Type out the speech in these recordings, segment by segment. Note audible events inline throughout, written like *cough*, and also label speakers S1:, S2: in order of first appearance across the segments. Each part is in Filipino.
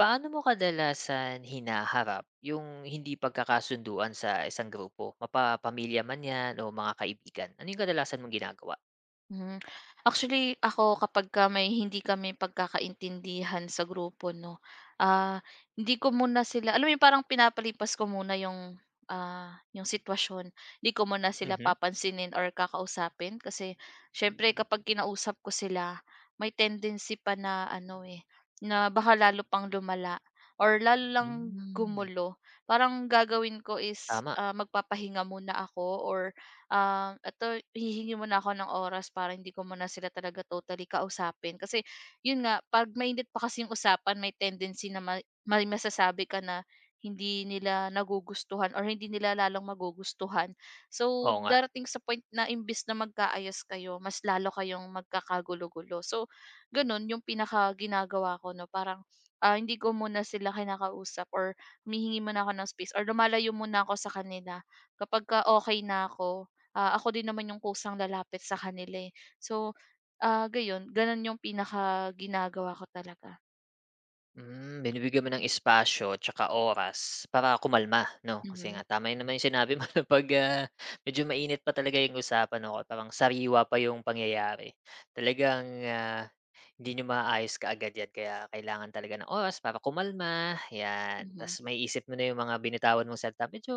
S1: Paano mo kadalasan hinaharap yung hindi pagkakasunduan sa isang grupo, mapapamilya man 'yan o mga kaibigan? Ano yung kadalasan mong ginagawa?
S2: Hmm. Actually, ako kapagka may hindi kami pagkakaintindihan sa grupo 'no, ah, hindi ko muna sila alam mo 'yun parang pinapalipas ko muna 'yung, 'yung sitwasyon. Hindi ko muna sila
S1: Mhm.
S2: papansinin or kakausapin kasi siyempre kapag kinausap ko sila may tendency pa na na baka lalo pang lumala or lalo lang
S1: Hmm,
S2: gumulo. Parang gagawin ko is,
S1: tama.
S2: magpapahinga muna ako or eto hihingi muna ako ng oras para hindi ko muna sila talaga totally kausapin. Kasi yun nga, 'pag mainit pa kasi yung usapan, may tendency na may masasabi ka na hindi nila nagugustuhan or hindi nila lalong magugustuhan. So,
S1: Oo nga.
S2: darating sa point na imbis na magkaayos kayo, mas lalo kayong magkakagulo-gulo. So, gano'n yung pinaka ginagawa ko 'no, parang, hindi ko muna sila kinakausap or humihingi muna ako ng space or lumalayo muna ako sa kanila. Kapagka okay na ako, ah, ako din naman yung kusang lalapit sa kanila, eh. So, gayon, gano'n yung pinaka ginagawa ko talaga.
S1: Binibigyan mo ng espasyo 'tsaka oras para kumalma 'no? Kasi
S2: Mhm,
S1: nga tama yun naman yung sinabi mo *laughs* na 'pag, medyo mainit pa talaga yung usapan 'no, parang sariwa pa yung pangyayari, talagang, hindi niyo maaayos kaagad yan kaya kailangan talaga ng oras para kumalma, yan.
S2: mhm,
S1: Tapos may isip mo na yung mga binitawan mong salita, "Medyo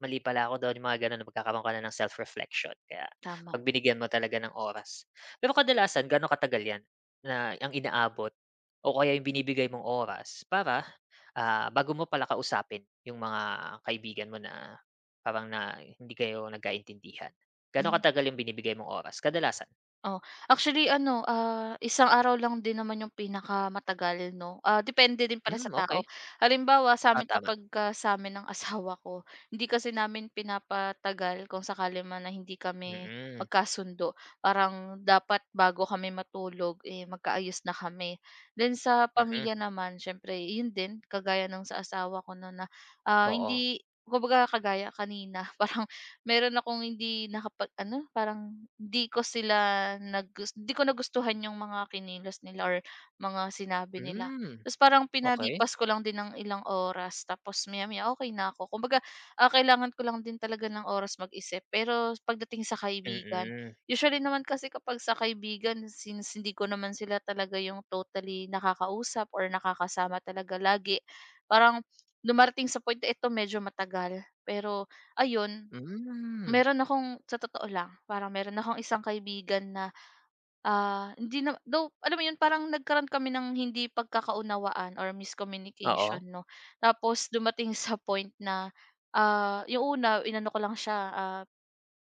S1: mali pala ako doon yung mga gano'n, magkakaroon ka na ng self-reflection kaya 'pag
S2: tama.
S1: binigyan mo talaga ng oras." Pero kadalasan gaano katagal yan na ang inaabot? O kaya yung binibigay mong oras para, bago mo pala kausapin yung mga kaibigan mo na parang na hindi kayo nagkaintindihan. Gaano
S2: Mm-hmm.
S1: katagal yung binibigay mong oras kadalasan?
S2: Oh, actually ano, isang araw lang din naman yung pinakamatagal 'no, ah, depende din pala sa
S1: Hmm, okey.
S2: tao. Halimbawa
S1: Oo, tama.
S2: sa sa'min ng *laughs* asawa ko, hindi kasi namin pinapatagal kung sakali man na hindi kami
S1: Mm,
S2: magkasundo. Parang dapat bago kami matulog, eh, magkaayos na kami. Then sa
S1: mm,
S2: pamilya naman siyempre yun din, kagaya ng sa asawa ko 'no na, ah,
S1: oo.
S2: hindi kumbaga kagaya kanina *laughs* parang meron akong hindi nakapag-ano, parang hindi ko nagustuhan yung mga kinilos nila or mga sinabi nila.
S1: Hmm,
S2: Tapos parang
S1: okey.
S2: pinalipas ko lang din ng ilang oras tapos maya-maya okay na ako. Kumbaga, kailangan ko lang din talaga ng oras mag-isip. Pero pagdating sa kaibigan,
S1: Mm,
S2: usually naman kasi kapag sa kaibigan since hindi ko naman sila talaga yung totally nakakausap or nakakasama talaga lagi, parang dumarating sa point na ito medyo matagal. Pero ayun,
S1: hmm,
S2: meron akong sa totoo lang, parang meron akong isang kaibigan na, hindi na though alam mo 'yun parang nagkaroon kami ng hindi pagkakaunawaan or miscommunication
S1: oo.
S2: 'no. Tapos dumating *laughs* sa point na, yung una inano ko lang siya, ah,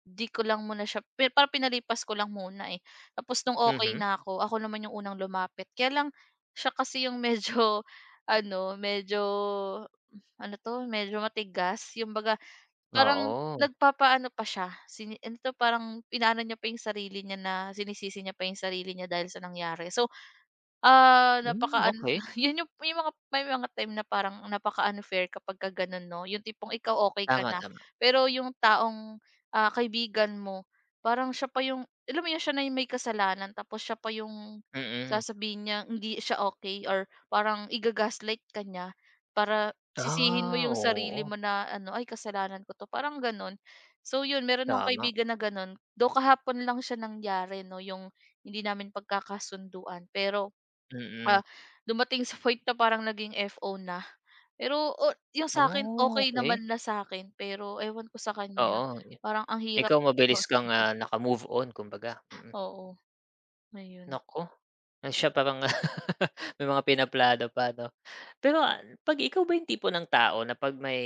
S2: 'di ko lang muna siya pi parang pinalipas ko lang muna, eh. Tapos nung okay
S1: Mhm,
S2: na ako, ako naman yung unang lumapit. Kaya lang siya kasi yung medyo *laughs* ano, medyo medyo matigas. Yung baga parang
S1: oo.
S2: nagpapaano pa siya, ano 'to, parang inaano niya pa yung sarili niya na sinisisi niya pa yung sarili niya dahil sa nangyari. So,
S1: Hmm,
S2: napaka-ano
S1: okey.
S2: *laughs* 'yun yung mga may mga time na parang napaka-unfair kapagka gano'n 'no, yung tipong ikaw okay ka
S1: Tama,
S2: na,
S1: tama.
S2: pero yung taong, kaibigan mo parang siya pa yung alam mo yun, siya na yung may kasalanan tapos siya pa yung
S1: Mm.
S2: sasabihin niya hindi siya okay or parang iga-gaslight ka niya para sisihin mo
S1: Ah,
S2: yung sarili
S1: oo.
S2: mo na ano, "Ay kasalanan ko 'to," parang gano'n. So 'yun, meron akong
S1: Tama,
S2: kaibigan na gano'n, do kahapon lang siya nangyari 'no, yung hindi namin pagkakasunduan pero
S1: mm.
S2: Ah, dumating sa point na parang naging FO na. Pero o yung sa'kin
S1: Oh,
S2: okey
S1: okay.
S2: naman na sa'kin pero ewan ko sa kanya
S1: Oo.
S2: parang ang hirap
S1: Ikaw
S2: *laughs*
S1: mabilis kang,
S2: kausapin.
S1: naka-move on kumbaga, mm.
S2: Oo, ayun.
S1: Naku, siya parang *laughs* may mga pinaplano pa 'no. Pero, 'pag ikaw ba yung tipo ng tao na 'pag may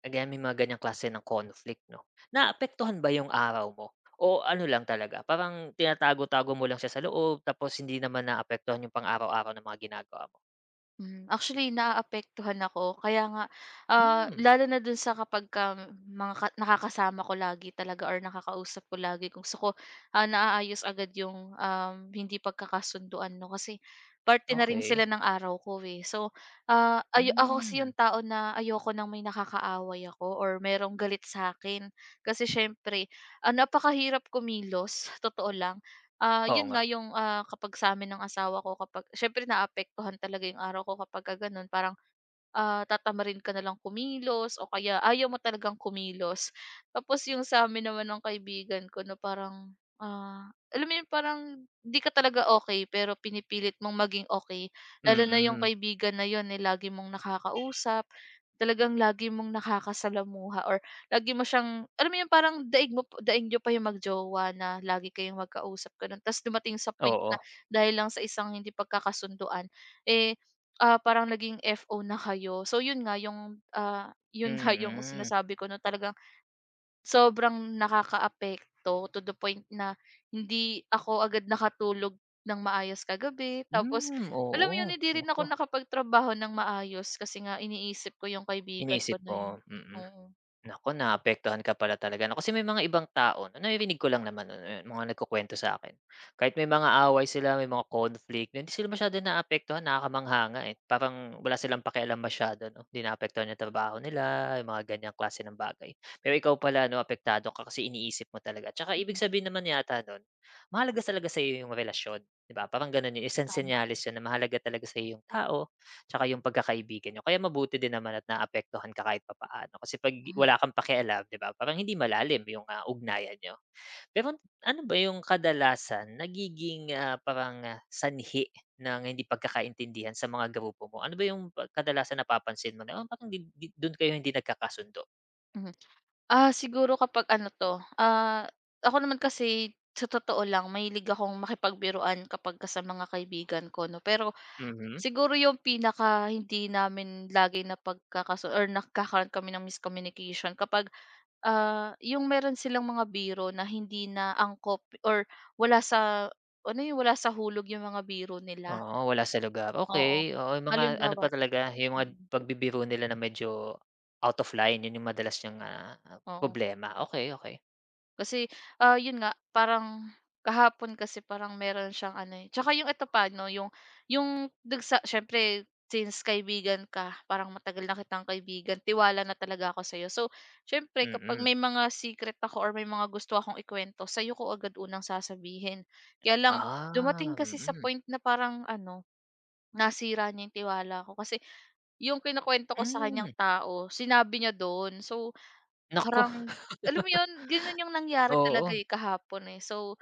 S1: again may mga ganyang klase ng conflict 'no, naapektuhan ba yung araw mo o ano lang talaga parang tinatago-tago mo lang siya sa loob tapos hindi naman naapektuhan yung pang-araw-araw na mga ginagawa mo?
S2: Hmm, actually naaapektuhan ako kaya nga,
S1: Hmm,
S2: lalo na dun sa kapagka mga ka nakakasama ko lagi talaga or nakakausap ko lagi kung gusto ko, naaayos agad yung, hindi pagkakasunduan 'no kasi parte na rin
S1: okey.
S2: sila ng araw ko, eh. So, ah, ayo ako kasi yung
S1: Hmm,
S2: tao na ayoko ng may nakakaaway ako or merong galit sa akin kasi siyempre, napakahirap kumilos, *laughs* totoo lang.
S1: oo
S2: Yun
S1: nga,
S2: nga yung, kapag sa'min ng asawa ko kapag siyempre naapektuhan talaga yung araw ko kapagka gano'n parang tatamarin ka na lang kumilos o kaya ayaw mo talagang kumilos. Tapos yung sa'min naman ng kaibigan ko na parang, alam mo yun parang di ka talaga okay pero pinipilit mong maging okay. Lalo na yung
S1: mm.
S2: kaibigan na yun, eh, lagi mong nakakausap, talagang lagi mong nakakasalamuha or lagi mo siyang alam mo yun parang daig niyo pa yung magjowa jowa na lagi kayong magkausap gano'n. Tapos dumating sa point
S1: Oo,
S2: na dahil lang sa isang hindi pagkakasunduan, eh, parang naging FO na kayo. So yun nga yung, ah, *laughs* yun nga yung
S1: mm.
S2: sinasabi ko na talagang sobrang nakakaapekto to the point na hindi ako agad nakatulog ng maayos kagabi. Tapos
S1: Hmm, Hmm,
S2: alam mo yun,
S1: oo,
S2: hindi rin ako
S1: naku,
S2: nakapagtrabaho ng maayos kasi nga iniisip ko yung kaibigan ko
S1: iniisip
S2: na yun.
S1: mo, mm.
S2: Oo,
S1: Naku, naapektuhan ka pala talaga 'no, kasi may mga ibang tao na naririnig ko lang naman 'no, eh, mga nagkukwento sa akin. Kahit may mga away sila, may mga conflict na hindi sila masyadong naapektuhan, nakakamangha nga, eh. Parang wala silang pakialam masyado 'no, hindi naapektuhan yung trabaho nila, yung mga ganiyang klase ng bagay. Pero ikaw pala 'no, apektado ka kasi iniisip mo talaga. Tsaka ibig
S2: mm,
S1: sabihin naman yata nun, mahalaga talaga sa iyo yung relasyon, 'di ba? Parang ganun, yung isang
S2: tama.
S1: senyales yun na mahalaga talaga sa iyo yung tao. Tsaka yung pagkakaibigan niyo. Kaya mabuti din naman at naapektuhan ka kahit papaano. Kasi 'pag
S2: Mhm,
S1: wala kang pakialam, 'di ba, parang hindi malalim yung, ugnayan niyo. Pero ano ba yung kadalasan nagiging, parang, sanhi ng hindi pagkakaintindihan sa mga grupo mo? Ano ba yung kadalasan napapansin mo na, "Oh, parang di di dun kayo hindi nagkakasundo?"
S2: mhm. Siguro kapag ako naman kasi sa totoo lang mahilig akong makipagbiruan kapagka sa mga kaibigan ko 'no, pero
S1: Mhm.
S2: siguro yung pinaka hindi namin lagi na pagkakaso, or nagkakaroon kami ng miscommunication kapag, yung meron silang mga biro na hindi na angkop, or wala sa wala sa hulog yung mga biro nila,
S1: Oo, wala sa lugar.
S2: oo.
S1: Okey, oo, yung mga ano
S2: Halimbawa
S1: pa talaga, yung mga
S2: mm,
S1: pagbibiro nila na medyo out of line, yun yung madalas niyang,
S2: oo.
S1: problema. Okay, okey.
S2: Kasi, yun nga parang kahapon kasi parang meron siyang ano, eh, tsaka yung ito pa 'no, yung dun sa siyempre since kaibigan ka, parang matagal na kitang kaibigan, tiwala na talaga ako sa'yo. So, siyempre kapag
S1: Mm.
S2: may mga secret ako or may mga gusto akong ikuwento, sa'yo ko agad unang sasabihin. Kaya lang
S1: Ah,
S2: dumating kasi sa
S1: mm.
S2: point na parang ano, nasira niya yung tiwala ko kasi yung kinukuwento ko sa
S1: Hmm,
S2: kanyang tao, sinabi niya dun. So
S1: naku,
S2: parang alam mo 'yun, gano'n 'yung nangyari talaga,
S1: oo.
S2: eh, kahapon, eh. So,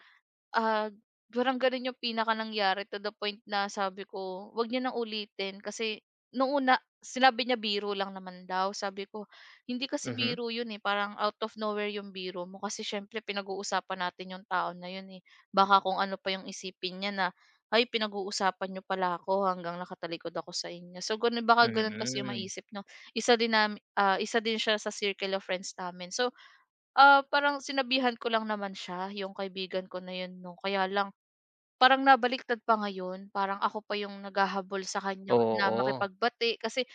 S2: ah, parang gano'n 'yung pinaka nangyari to the point na sabi ko, wag niya nang ulitin." Kasi nung una sinabi niya biro lang naman daw, sabi ko, "Hindi kasi
S1: Mhm,
S2: biro 'yun, eh, parang out of nowhere 'yung biro mo kasi siyempre pinag-uusapan natin 'yung tao na 'yun, eh. Baka kung ano pa 'yung isipin niya na, 'Ay pinag-uusapan niyo pala ako hanggang nakatalikod ako sa inyo." So gano'n baka gano'n kasi 'yung
S1: mm.
S2: maisip no. Isa din na Isa din siya sa circle of friends namin. So, parang sinabihan ko lang naman siya, yung kaibigan ko na yun 'no, kaya lang parang nabaliktad pa ngayon, parang ako pa yung naghahabol sa kanya na
S1: Oo,
S2: makipagbati kasi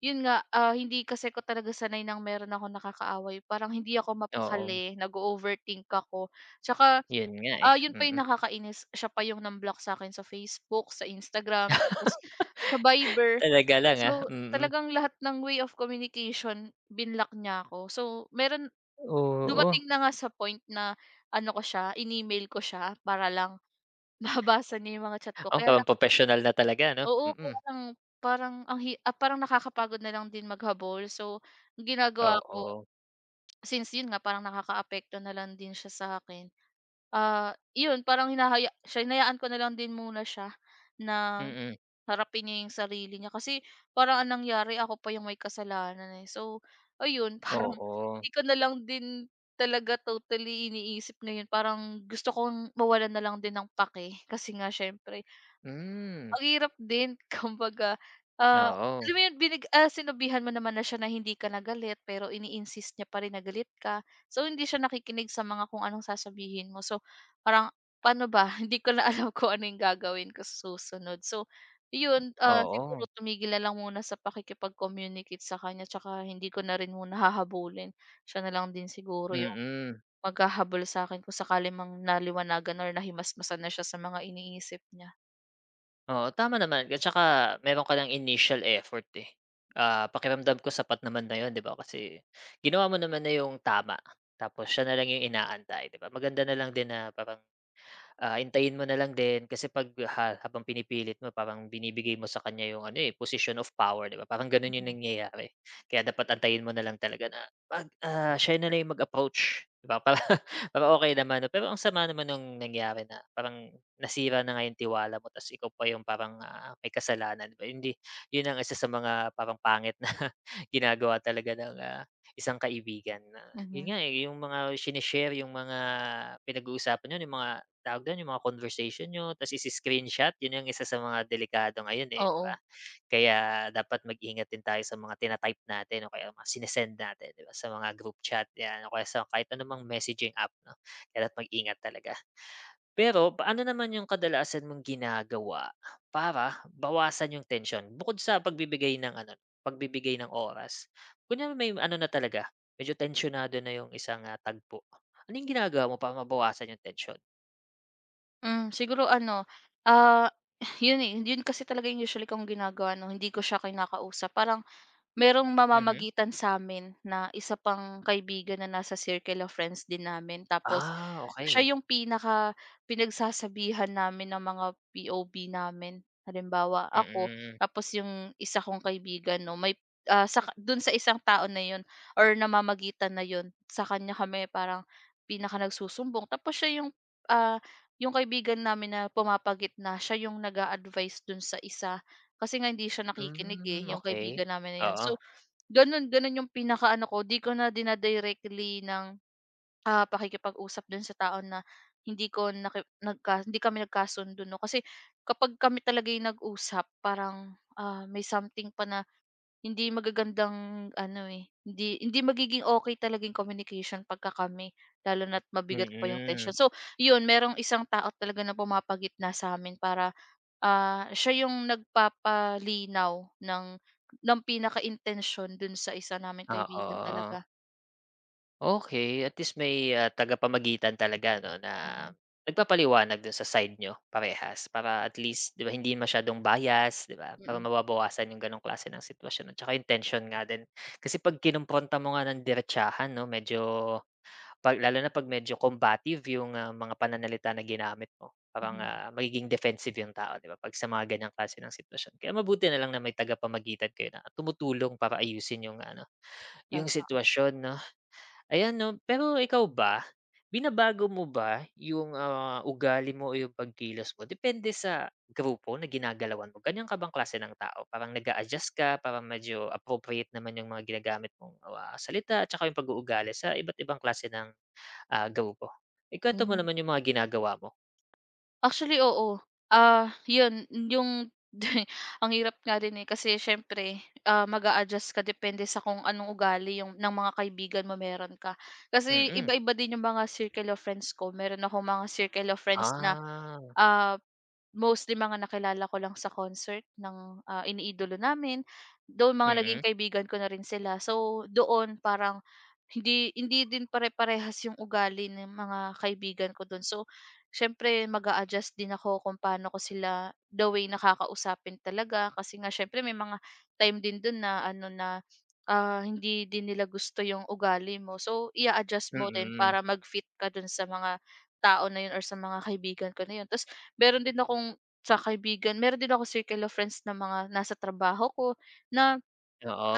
S2: yun nga, hindi kasi ako talaga sanay ng meron akong nakakaaway, parang hindi ako
S1: oo,
S2: mapakali, nag overthink ako. Tsaka,
S1: yun nga, eh,
S2: yun pa
S1: mm.
S2: yung nakakainis, siya pa yung nang sa akin sa Facebook, sa Instagram, tapos sa Viber.
S1: Talaga lang,
S2: So,
S1: mm.
S2: talagang lahat ng way of communication binlock niya ako. So, meron
S1: Oo,
S2: dumating na nga sa point na ano ko siya, in-email ko siya para lang *laughs* mabasa niya yung mga chat ko.
S1: oo,
S2: Kaya lang
S1: parang propesyonal na talaga ano?
S2: oo,
S1: Mm,
S2: kaya lang parang parang nakakapagod na lang din maghabol. So, ang ginagawa ko
S1: oo,
S2: since yun nga parang nakakaapekto na lang din siya sa akin, yun parang hinahaya siya hinayaan ko na lang din muna siya na
S1: mm,
S2: harapin niya yung sarili niya kasi parang anong nangyari ako pa yung may kasalanan, eh. So, ayun *laughs* parang
S1: oo.
S2: di ko na lang din talaga totally iniisip ngayon parang gusto kong mawalan na lang din ng pake *laughs* kasi nga siyempre
S1: Hmm,
S2: ang hirap din *laughs* kumbaga, ah,
S1: oo,
S2: alam mo 'yun sinabihan mo naman na siya na hindi ka nagalit pero ini-insist niya pa rin na galit ka. So, hindi siya nakikinig sa mga kung anong sasabihin mo. So, parang paano ba *laughs* hindi ko na alam *laughs* kung ano 'yung gagawin ko sa susunod. So, 'yun,
S1: oo,
S2: siguro tumigil na lang muna sa pakikipag-communicate sa kanya tsaka hindi ko na rin muna hahabulin. Siya na lang din siguro
S1: mm.
S2: 'yung
S1: Mm.
S2: maghahabol sa'kin kung sakali mang naliwanagan or nahimasmasan na siya sa mga iniisip niya.
S1: Oo, tama naman at saka meron ka ng initial effort, eh. Pakiramdam ko sapat naman na 'yun, 'di ba, kasi ginawa mo naman na yung tama tapos siya na lang yung inaantay, 'di ba? Maganda na lang din na parang hintayin mo na lang din kasi 'pag habang pinipilit mo parang binibigay mo sa kanya yung ano, eh, position of power, 'di ba? Parang gano'n yung
S2: Mhm,
S1: nangyayari. Kaya dapat antayin mo na lang talaga na 'pag, siya na lang yung mag-approach, 'di ba? Para *laughs* para okay naman 'no. Pero ang sama naman nung nangyari na parang nasira na nga yung tiwala mo ta's ikaw pa yung parang, may kasalanan, 'di ba? Hindi yun ang isa sa mga parang pangit na *laughs* ginagawa talaga ng, isang kaibigan na yun
S2: mhm.
S1: nga, eh, yung mga shine yung mga pinag-uusapan niyo, yung mga tawag dun, yung mga conversation niyo ta's isi-screenshot, yun yung isa sa mga delikado ngayon, eh, 'di ba?
S2: Oo.
S1: Kaya dapat mag-ingat din tayo sa mga tina-type natin o kaya mga sine-send natin, 'di ba, sa mga group chat 'yan o kaya sa kahit anumang messaging app 'no, kaya dapat mag-ingat talaga. Pero paano naman yung kadalasan mong ginagawa para bawasan yung tension? Bukod sa pagbibigay ng ano, pagbibigay ng oras? Kunyari may ano na talaga, medyo tensionado na yung isang, tagpo. Ano yung ginagawa mo para mabawasan yung tension?
S2: Hmm, siguro ano, ah, *laughs* yun, eh, yun kasi talaga yung usually kong ginagawa 'no, hindi ko siya kinakausap. Parang merong
S1: Mhm.
S2: mamamagitan sa'min na isa pang kaibigan na nasa circle of friends din namin tapos
S1: Ah,
S2: siya
S1: okey.
S2: yung pinaka pinagsasabihan namin ng mga POV namin. Halimbawa ako,
S1: Mm.
S2: tapos yung isa kong kaibigan 'no may, ah, sa dun sa isang tao na yun or namamagitan na yun, sa kanya kami parang pinaka nagsusumbong tapos siya yung, ah, yung kaibigan namin na pumapagit na siya yung nag a dun sa isa. Kasi nga hindi siya nakikinig,
S1: Hmm,
S2: eh, yung
S1: okey.
S2: kaibigan namin na yun.
S1: Oo,
S2: So gano'n gano'n yung pinakaano ko, 'di ko na dina ng, ah, pakikipag-usap do'n sa tao na hindi kami nagkasundo 'no. Kasi kapag kami talaga yung nag-usap parang, may something pa na hindi magagandang ano, eh, hindi hindi magiging okay talaga yung communication pagka kami, lalo na't mabigat pa yung
S1: mm.
S2: tension. So, yun merong isang tao talaga na pumapagitna sa'min para siya yung nagpapalinaw ng ng pinaka-intensyon dun sa isa naming kaibigan
S1: Oo,
S2: talaga.
S1: okey, at least may, tagapamagitan talaga 'no na
S2: Mm.
S1: nagpapaliwanag dun sa side niyo parehas para at least 'di ba hindi masyadong bias 'di ba? Para
S2: Mm,
S1: mababawasan yung ganong klase ng sitwasyon at tsaka yung tension nga din. Kasi 'pag kinompronta mo nga ng diretsahan 'no medyo 'pag lalo na 'pag medyo combative yung, mga pananalita na ginamit mo, parang,
S2: mhm,
S1: magiging defensive yung tao, 'di ba, 'pag sa mga ganyang klase ng sitwasyon. Kaya mabuti na lang na may tagapamagitan kayo na tumutulong para ayusin yung ano, yung
S2: tama.
S1: sitwasyon, 'no? Ayan, 'no, pero ikaw ba, binabago mo ba yung, ugali mo o yung pagkilos mo depende sa grupo na ginagalawan mo? Ganyan ka bang klase ng tao, parang nag adjust ka para medyo appropriate naman yung mga ginagamit mong, salita at saka yung pag-uugali sa iba't ibang klase ng Ah, go ko. Ikuwento mo
S2: Hmm,
S1: naman yung mga ginagawa mo.
S2: actually oo. Yun yung *laughs* ang hirap nga din, eh, kasi siyempre, mag-a-adjust ka depende sa kung anong ugali yung ng mga kaibigan mo meron ka. Kasi
S1: Mm.
S2: iba-iba din yung mga circle of friends ko. Meron ako mga circle of friends na
S1: Ah,
S2: Ah, mostly mga nakilala ko lang sa concert ng, iniidolo namin, doon mga naging
S1: mm,
S2: kaibigan ko na rin sila. So, doon parang hindi hindi din pare-parehas yung ugali ng mga kaibigan ko dun. So, siyempre mag adjust din ako kung paano ko sila the way nakakausapin talaga kasi nga siyempre may mga time din dun na ano na, hindi din nila gusto yung ugali mo. So, i adjust mo din
S1: mm.
S2: para mag-fit ka dun sa mga tao na yun or sa mga kaibigan ko na yun. Ta's meron din akong sa kaibigan meron din ako circle of friends na mga nasa trabaho ko na,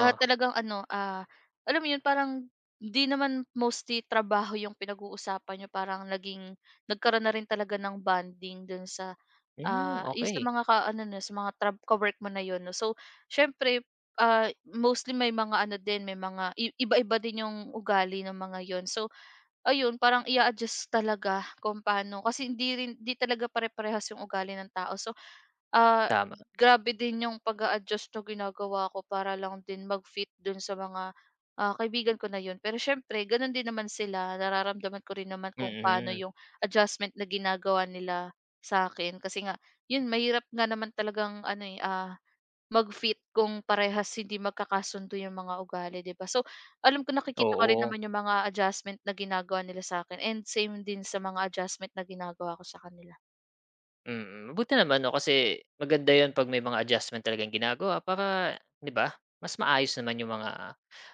S2: talagang ano, alam mo yun parang di naman mostly trabaho yung pinag-uusapan niyo parang nagkaroon na rin talaga ng bonding dun sa,
S1: Hmm,
S2: ah, yung sa
S1: okey.
S2: mga ka ano niyo sa mga ka-work mo na yun 'no. So siyempre, mostly may mga ano din, may mga iba-iba din yung ugali ng mga yun. So ayun, parang i adjust talaga kung paano kasi hindi talaga pare-parehas yung ugali ng tao. So, ah,
S1: Tama,
S2: grabe din yung pag adjust na ginagawa ko para lang din mag-fit dun sa mga, kaibigan ko na yun. Pero siyempre ganun din naman sila, nararamdaman ko rin naman kung paano
S1: mm.
S2: yung adjustment na ginagawa nila sa akin, kasi nga yun mahirap nga naman talagang ano, eh, ah mag-fit kung parehas hindi magkakasundo yung mga ugali, 'di ba? So, alam ko nakikita ko rin
S1: Oo,
S2: naman yung mga adjustment na ginagawa nila sa akin, and same din sa mga adjustment na ginagawa ko sa kanila.
S1: mm. Mabuti naman 'no, kasi maganda 'yun 'pag may mga adjustment talagang ginagawa para 'di ba, mas maayos naman yung mga,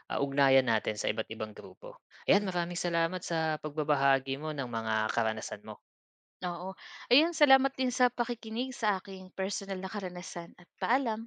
S1: ugnayan natin sa iba't ibang grupo. Ayan,
S2: Hmm,
S1: maraming salamat sa pagbabahagi mo ng mga karanasan mo.
S2: oo. Ayun, salamat din sa pakikinig sa aking personal na karanasan at paalam.